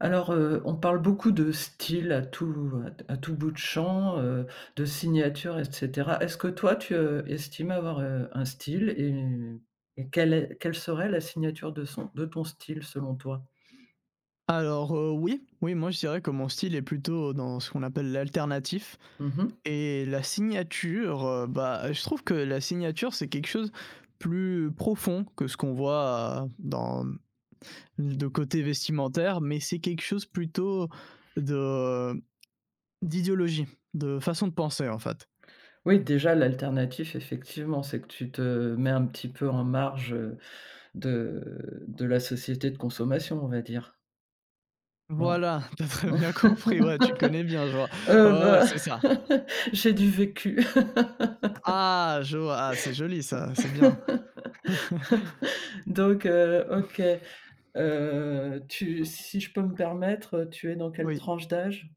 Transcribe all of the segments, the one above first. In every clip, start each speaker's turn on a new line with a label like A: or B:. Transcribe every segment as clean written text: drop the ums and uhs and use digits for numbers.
A: Alors, on parle beaucoup de style à tout bout de champ, de signature et cetera. Est-ce que toi tu, estimes avoir, un style et quelle serait la signature de ton style selon toi?
B: Alors, oui, oui, moi je dirais que mon style est plutôt dans ce qu'on appelle l'alternatif
A: Mmh.
B: et la signature, bah, je trouve que la signature, c'est quelque chose plus profond que ce qu'on voit dans de côté vestimentaire, mais c'est quelque chose plutôt de d'idéologie, de façon de penser, en fait.
A: Oui, déjà l'alternative, effectivement, c'est que tu te mets un petit peu en marge, de la société de consommation, on va dire, non?
B: Voilà, t'as très bien compris, ouais, tu connais bien, je vois. Ouais, ouais,
A: Bah,
B: c'est ça.
A: j'ai du vécu.
B: Ah, je vois, ah, c'est joli ça, c'est bien.
A: Donc OK. Tu Si je peux me permettre, tu es dans quelle
B: Oui,
A: tranche d'âge?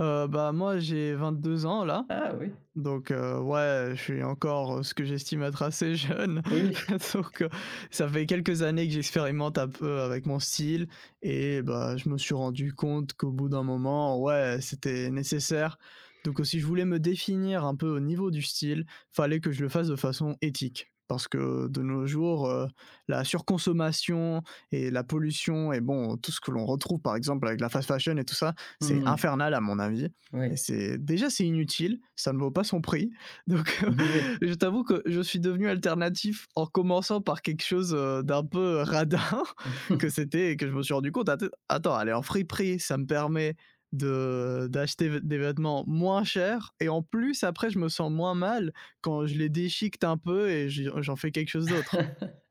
B: bah, moi j'ai 22 ans là.
A: Ah oui,
B: Donc, ouais, je suis encore, ce que j'estime être assez jeune.
A: oui.
B: Donc, ça fait quelques années que j'expérimente un peu avec mon style et bah, je me suis rendu compte qu'au bout d'un moment, ouais, c'était nécessaire. Donc, si je voulais me définir un peu au niveau du style, fallait que je le fasse de façon éthique. Parce que de nos jours, la surconsommation et la pollution et bon, tout ce que l'on retrouve par exemple avec la fast fashion et tout ça, c'est
A: Mmh mh.
B: infernal à mon avis
A: Oui.
B: et c'est inutile, ça ne vaut pas son prix. Donc
A: Mmh oui.
B: je t'avoue que je suis devenu alternatif en commençant par quelque chose, d'un peu radin que c'était et que je me suis rendu compte: «Attends, aller en friperie, ça me permet de d'acheter v des vêtements moins chers et en plus après je me sens moins mal quand je les déchiquete un peu et j'en fais quelque chose d'autre».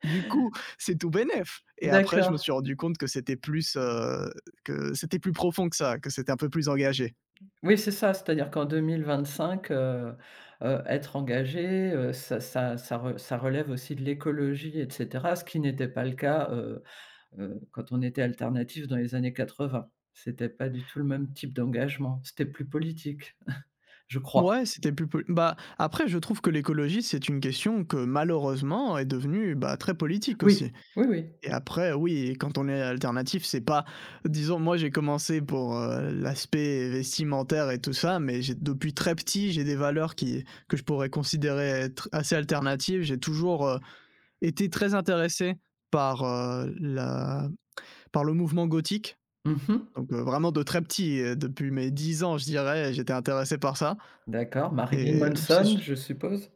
B: Du coup, c'est tout bénef et après je me
A: D'accord.
B: suis rendu compte que c'était plus profond que ça, que c'était un peu plus engagé.
A: Oui, c'est ça, c'est-à-dire qu'en 2025, être engagé, ça relève aussi de l'écologie et cetera, ce qui n'était pas le cas, quand on était alternatif dans les années 80. C'était pas du tout le même type d'engagement, c'était plus politique, je crois.
B: Ouais, c'était plus pol bah, après je trouve que l'écologie, c'est une question que malheureusement est devenue, bah, très politique
A: Oui,
B: aussi
A: oui, oui.
B: et après oui, quand on est alternatif, c'est pas disons moi j'ai commencé pour, l'aspect vestimentaire et tout ça, mais j'ai depuis très petit, j'ai des valeurs qui que je pourrais considérer être assez alternatives. J'ai toujours, été très intéressé par, la par le mouvement gothique.
A: Mmh mh.
B: Donc, vraiment de très petit, depuis mes 10 ans je dirais, j'étais intéressé par ça
A: D'accord, Marilyn
B: et c'est
A: Manson, je suppose?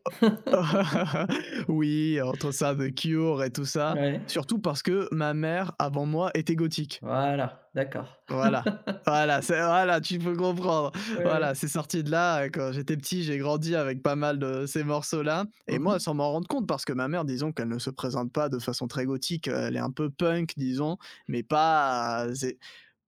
B: oui, entre ça, The Cure et tout ça,
A: Ouais,
B: surtout parce que ma mère, avant moi, était gothique.
A: voilà, d'accord.
B: Voilà, voilà, c'est voilà, tu peux comprendre.
A: Oui,
B: Voilà,
A: oui.
B: c'est sorti de là, quand j'étais petit, j'ai grandi avec pas mal de ces morceaux-là et
A: Mmh
B: moi,
A: mh.
B: sans m'en rendre compte, parce que ma mère, disons qu'elle ne se présente pas de façon très gothique, elle est un peu punk, disons, mais pas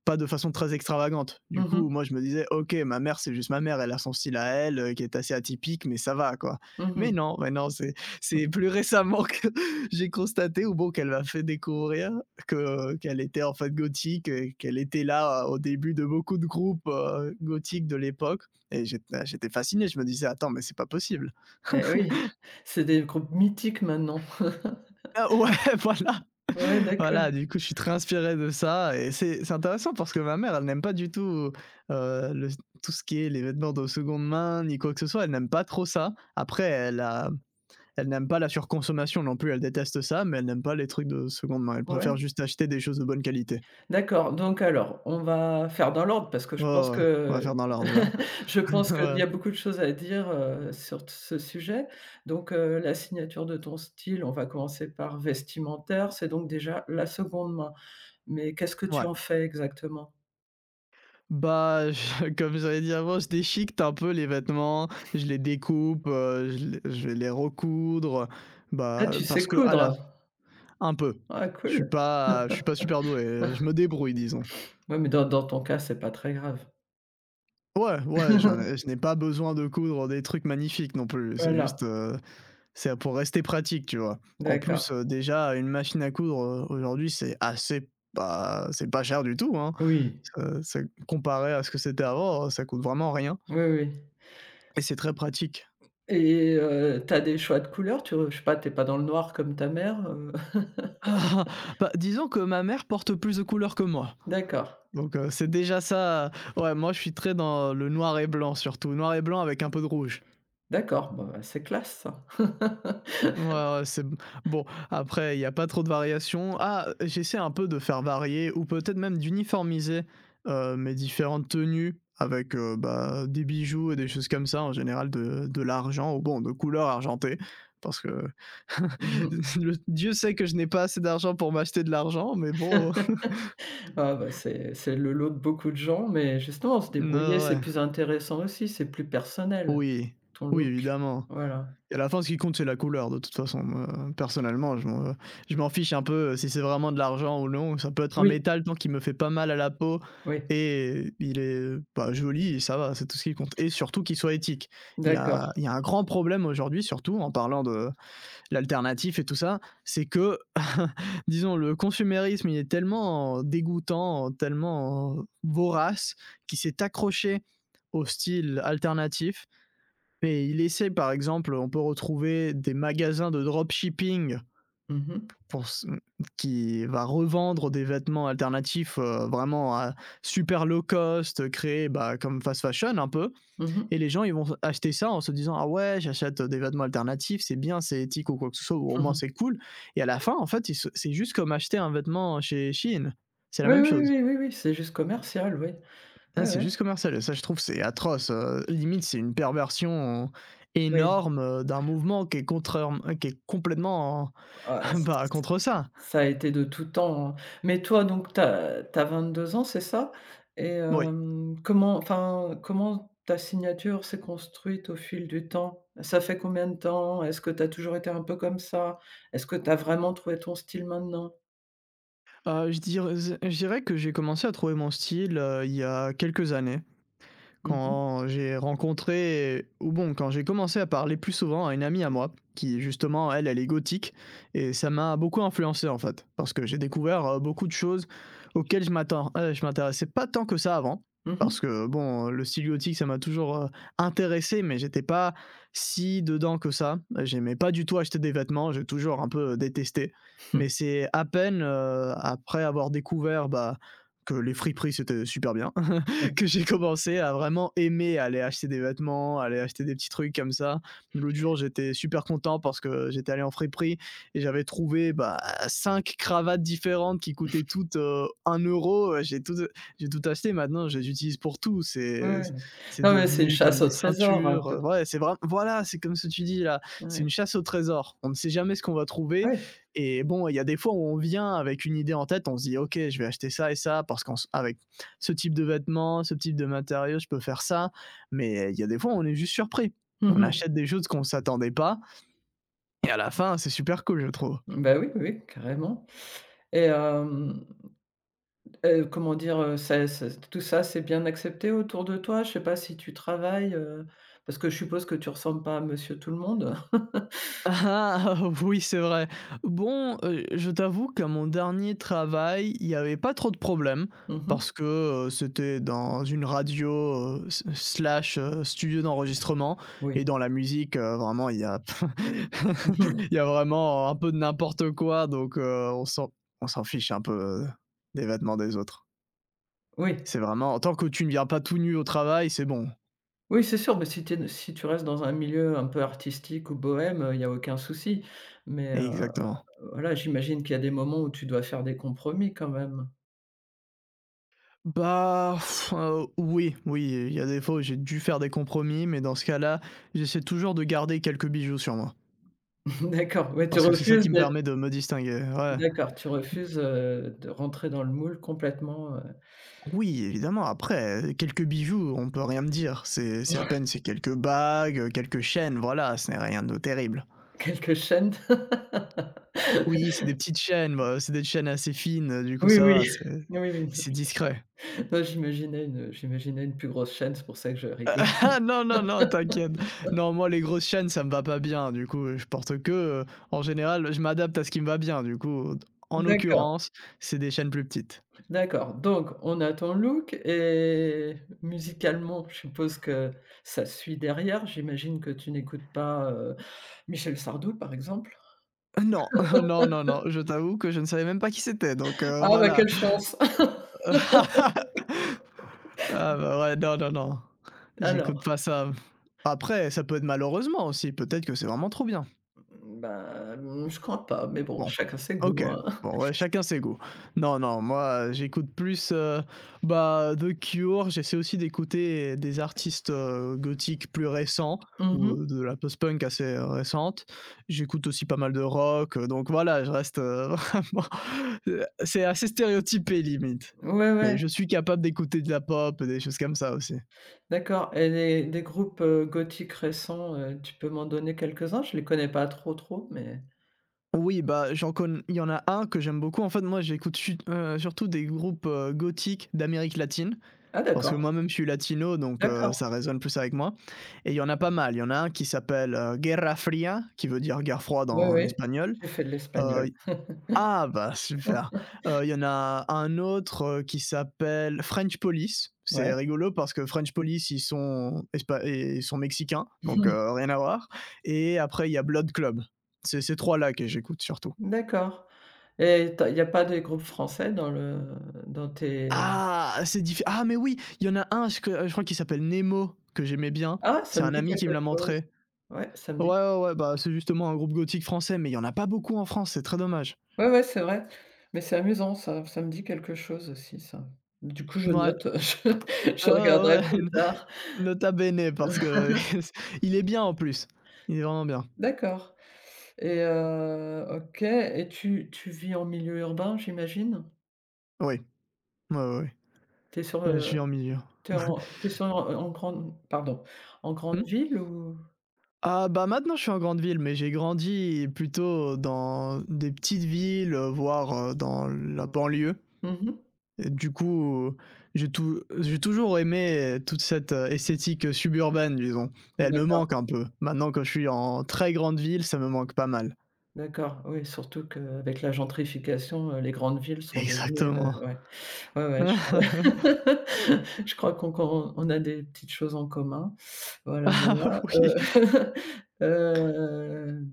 B: pas de façon très extravagante. Du
A: Mmh
B: coup,
A: mh.
B: moi, je me disais, ok, ma mère, c'est juste ma mère, elle a son style à elle, qui est assez atypique, mais ça va, quoi.
A: Mmh mh.
B: Mais non, c'est plus récemment que j'ai constaté, ou bon, qu'elle m'a fait découvrir qu'elle était en fait gothique, et qu'elle était là au début de beaucoup de groupes gothiques de l'époque. Et j'étais fasciné, je me disais, attends, mais c'est pas possible.
A: Et oui, c'est des groupes mythiques maintenant.
B: Ah ouais, voilà,
A: Ouais, d'accord,
B: voilà, du coup, je suis très inspiré de ça et c'est intéressant parce que ma mère, elle n'aime pas du tout, le tout ce qui est les vêtements de seconde main ni quoi que ce soit. Elle n'aime pas trop ça. Après, elle n'aime pas la surconsommation non plus, elle déteste ça, mais elle n'aime pas les trucs de seconde main. Elle préfère
A: ouais.
B: juste acheter des choses de bonne qualité.
A: D'accord, donc alors, on va faire dans l'ordre parce que
B: Ouais,
A: je pense
B: ouais, ouais, on va
A: que
B: faire dans l'ordre là.
A: je pense qu'il
B: Ouais,
A: y a beaucoup de choses à dire, sur t ce sujet. Donc, la signature de ton style, on va commencer par vestimentaire, c'est donc déjà la seconde main. Mais qu'est-ce que tu
B: ouais.
A: en fais exactement?
B: Bah, je comme j'avais dit avant, je déchiquete un peu les vêtements, je les découpe, je vais les recoudre,
A: Ah,
B: bah,
A: tu
B: parce
A: sais
B: que à la.
A: coudre?
B: Un peu.
A: Ah cool.
B: Je suis pas super doué. Je me débrouille, disons.
A: Ouais, mais dans ton cas, c'est pas très grave.
B: Ouais, ouais, je n'ai pas besoin de coudre des trucs magnifiques non plus. C'est
A: Voilà,
B: juste, c'est pour rester pratique, tu vois. En plus,
A: d'accord.
B: déjà, une machine à coudre aujourd'hui, c'est assez, bah, c'est pas cher du tout, hein.
A: Oui,
B: Ça- ça- comparé à ce que c'était avant, ça coûte vraiment rien
A: oui, oui.
B: et c'est très pratique.
A: Et tu des choix de couleurs? Tu re Je sais pas, t'es pas dans le noir comme ta mère?
B: Ah, bah, disons que ma mère porte plus de couleurs que moi.
A: D'accord,
B: Donc, c'est déjà ça. Ouais, moi je suis très dans le noir et blanc surtout, noir et blanc avec un peu de rouge.
A: d'accord, bon, bah, c'est classe ça.
B: Ouais, ouais, c'est b bon, après il y a pas trop de variations. Ah, j'essaie un peu de faire varier ou peut-être même d'uniformiser, mes différentes tenues avec, bah, des bijoux et des choses comme ça, en général de l'argent ou bon, de couleur argentée parce que
A: Mmh.
B: le Dieu sait que je n'ai pas assez d'argent pour m'acheter de l'argent mais bon,
A: Ah bah, c'est le lot de beaucoup de gens, mais justement se débrouiller,
B: non
A: c'est
B: ouais,
A: plus intéressant aussi, c'est plus personnel,
B: oui,
A: ton
B: oui
A: look.
B: évidemment.
A: Voilà.
B: Et à la fin, ce qui compte, c'est la couleur, de toute façon. Moi, personnellement, je m'en fiche un peu si c'est vraiment de l'argent ou non. Ça peut être un
A: Oui,
B: métal tant qu'il me fait pas mal à la peau
A: oui,
B: et il est bah, joli, et ça va, c'est tout ce qui compte. Et surtout qu'il soit éthique.
A: d'accord.
B: Il y a un grand problème aujourd'hui, surtout en parlant de l'alternatif et tout ça, c'est que, disons, le consumérisme, il est tellement dégoûtant, tellement vorace, qu'il s'est accroché au style alternatif mais il essaie, par exemple, on peut retrouver des magasins de dropshipping
A: Mmh mh.
B: pour, qui va revendre des vêtements alternatifs vraiment à super low cost, créés bah, comme fast fashion un peu. Et les gens, ils vont acheter ça en se disant: «Ah ouais, j'achète des vêtements alternatifs, c'est bien, c'est éthique ou quoi que ce soit, ou au moins c'est cool.» Et à la fin, en fait, c'est juste comme acheter un vêtement chez Shein. C'est la
A: Oui, oui,
B: même chose.
A: oui, oui, oui, oui, c'est juste commercial, oui.
B: Ah,
A: Ouais,
B: c'est
A: ouais,
B: juste commercial et ça, je trouve, c'est atroce, limite, c'est une perversion
A: oui,
B: énorme, d'un mouvement qui est contraire, qui est complètement,
A: ah, ç
B: bah, contre ça.
A: ça a été de tout temps, hein. Mais toi donc t'as as tu as ans, c'est ça?
B: Oui,
A: Comment enfin, comment ta signature s'est construite au fil du temps? Ça fait combien de temps? Est-ce que t'as toujours été un peu comme ça? Est-ce que t'as vraiment trouvé ton style maintenant?
B: je dirais que j'ai commencé à trouver mon style, il y a quelques années.
A: Mmh mh.
B: Quand j'ai rencontré ou bon, quand j'ai commencé à parler plus souvent à une amie à moi, qui justement, elle, elle est gothique, et ça m'a beaucoup influencé en fait, parce que j'ai découvert beaucoup de choses je m'intéressais pas tant que ça avant, parce que bon, le style gothique, ça m'a toujours intéressé, mais j'étais pas si dedans que ça. J'aimais pas du tout acheter des vêtements, j'ai toujours un peu détesté. Mais c'est à peine après avoir découvert bah, que les friperies, c'était super bien, que j'ai commencé à vraiment aimer aller acheter des vêtements, aller acheter des petits trucs comme ça. L'autre jour, j'étais super content parce que j'étais allé en friperie et j'avais trouvé bah, cinq cravates différentes qui coûtaient toutes 1 euro. J'ai tout acheté maintenant, je les utilise pour tout.
A: Ouais.
B: C'est
A: Non, mais c'est une
B: devenu comme
A: chasse
B: des
A: au trésor un
B: ceintures.
A: peu.
B: Ouais, c'est vraiment, voilà, c'est comme ce que tu dis là. C'est
A: Ouais.
B: une chasse au trésor. On ne sait jamais ce qu'on va trouver.
A: Ouais.
B: Et bon, il y a des fois où on vient avec une idée en tête, on se dit, OK, je vais acheter ça et ça, parce qu'avec ce type de vêtements, ce type de matériaux, je peux faire ça. Mais il y a des fois, on est juste surpris.
A: Mmh
B: On
A: mh.
B: achète des choses qu'on ne s'attendait pas. Et à la fin, c'est super cool, je trouve.
A: Bah, oui, oui, oui, carrément. Et hem Comment dire? Ça ça Tout ça, c'est bien accepté autour de toi? Je sais pas si tu travailles, parce que je suppose que tu ressembles pas à monsieur tout le monde.
B: Ah oui, c'est vrai. Bon, je t'avoue qu'à mon dernier travail, il y avait pas trop de problèmes
A: Mmh mh.
B: parce que, c'était dans une radio, s slash, studio d'enregistrement
A: Oui.
B: et dans la musique, vraiment il y a
A: Mmh mh.
B: il y a vraiment un peu de n'importe quoi donc, on s'en fiche un peu, des vêtements des autres.
A: Oui.
B: C'est vraiment tant que tu ne viens pas tout nu au travail, c'est bon.
A: Oui, c'est sûr, mais si tu restes dans un milieu un peu artistique ou bohème, il y a aucun souci. Mais,
B: Exactement.
A: voilà, j'imagine qu'il y a des moments où tu dois faire des compromis quand même.
B: Bah, oui, oui, il y a des fois où j'ai dû faire des compromis, mais dans ce cas-là, j'essaie toujours de garder quelques bijoux sur moi.
A: D'accord, ouais, tu
B: Parce que c'est ça
A: refuses
B: qui me
A: d'être
B: permet de me distinguer, ouais.
A: d'accord, tu refuses, de rentrer dans le moule complètement. heu,
B: Oui, évidemment, après, quelques bijoux, on peut rien me dire. C'est à peine c'est quelques bagues, quelques chaînes, voilà, ce n'est rien de terrible.
A: quelques chaînes.
B: Oui, c'est des petites chaînes, bah, c'est des chaînes assez fines, du coup
A: Oui,
B: ça va,
A: oui. Oui, oui.
B: c'est discret.
A: Non, j'imaginais une plus grosse chaîne, c'est pour ça que je rigole.
B: Ah non, non, non, t'inquiète. Non, moi, les grosses chaînes, ça me va pas bien. Du coup, je porte que, en général, je m'adapte à ce qui me va bien. Du coup, en
A: D'accord,
B: l'occurrence, c'est des chaînes plus petites.
A: d'accord. Donc on a ton look et musicalement, je suppose que ça suit derrière. J'imagine que tu n'écoutes pas, Michel Sardou, par exemple?
B: Non, non, non, non, je t'avoue que je ne savais même pas qui c'était, donc,
A: Ah bah,
B: voilà.
A: quelle chance!
B: Ah bah, ouais, non, non, non, j'écoute
A: Alors,
B: pas ça. Après, ça peut être malheureusement aussi, peut-être que c'est vraiment trop bien.
A: bah, je crois pas, mais bon,
B: Bon,
A: chacun ses
B: OK.
A: goûts, hein.
B: Bon, ouais, chacun ses goûts. Non, non, moi, j'écoute plus, bah, The Cure, j'essaie aussi d'écouter des artistes, gothiques plus récents ou,
A: Mmh.
B: de la post-punk assez, récente. J'écoute aussi pas mal de rock, donc voilà, je reste, vraiment, c'est assez stéréotypé limite.
A: Ouais,
B: Mais
A: ouais,
B: je suis capable d'écouter de la pop, et des choses comme ça aussi.
A: d'accord et des groupes, gothiques récents, tu peux m'en donner quelques-uns? Je les connais pas trop, trop, mais
B: Oui, bah, j'en conn il y en a un que j'aime beaucoup. En fait, moi, j'écoute chut surtout des groupes, gothiques d'Amérique latine.
A: ah
B: Parce que
A: d'accord,
B: moi-même, je suis latino, donc,
A: d'accord.
B: ça résonne plus avec moi. Et il y en a pas mal. Il y en a un qui s'appelle Guerra Fria, qui veut dire guerre froide
A: Oui,
B: en
A: oui,
B: espagnol.
A: j'ai fait de
B: Euh,
A: l'espagnol.
B: ah, bah, super. Il y en a un autre qui s'appelle French Police. C'est
A: Ouais.
B: rigolo parce que French Police, ils sont, et ils sont mexicains, donc, rien à voir. Et après, il y a Blood Club. C'est ces trois-là que j'écoute surtout.
A: D'accord et tu il y a pas des groupes français dans tes,
B: Ah, c'est diffi- Ah, mais oui, il y en a un, je crois qu'il s'appelle Nemo, que j'aimais bien.
A: ah, ça
B: C'est
A: me
B: un
A: dit
B: ami qui me
A: quelque
B: l'a
A: chose.
B: montré.
A: Ouais, ça me
B: Ouais,
A: dit
B: ouais, ouais, bah, c'est justement un groupe gothique français, mais il y en a pas beaucoup en France, c'est très dommage.
A: ouais, ouais, c'est vrai, mais c'est amusant ça, ça me dit quelque chose aussi ça. Du coup, je note, je
B: Ouais,
A: je regarderai
B: ouais, ouais,
A: plus tard.
B: nota bene parce que il est bien en plus. Il est vraiment bien.
A: D'accord et OK et tu vis en milieu urbain, j'imagine?
B: Oui, ouais, ouais, ouais.
A: T'es sur,
B: Je suis en milieu.
A: t'es en tu sur en grande pardon, en grande
B: Mmh?
A: ville ou?
B: Ah, bah, maintenant je suis en grande ville, mais j'ai grandi plutôt dans des petites villes, voire, dans la banlieue.
A: Mmh.
B: Et du coup, j'ai toujours aimé toute cette, esthétique, suburbaine, disons. Et elle me
A: D'accord.
B: manque un peu. Maintenant que je suis en très grande ville, ça me manque pas mal.
A: D'accord, oui, surtout qu'avec la gentrification, les grandes villes sont devenues,
B: Exactement.
A: ouais. Ouais, ouais, je crois je crois qu'on qu'on on a des petites choses en commun. Voilà,
B: Ah
A: voilà,
B: oui.
A: hem,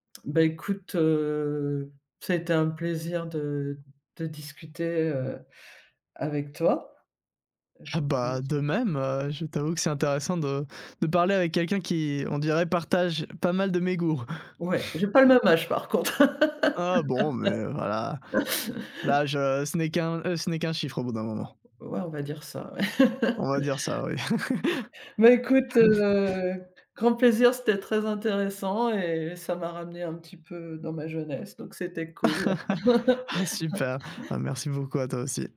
A: bah, écoute, ça a été un plaisir de discuter, avec toi. Je
B: Ah bah, de même, je t'avoue que c'est intéressant de parler avec quelqu'un qui, on dirait, partage pas mal de mes goûts.
A: Ouais, j'ai pas le même âge par contre.
B: «Ah bon, mais voilà, Là, ce n'est qu'un chiffre au bout d'un moment».
A: Ouais, on va dire ça, ouais.
B: On va dire ça, oui.
A: Bah, écoute, grand plaisir, c'était très intéressant et ça m'a ramené un petit peu dans ma jeunesse, donc c'était cool.
B: Ah super. Ah merci beaucoup à toi aussi.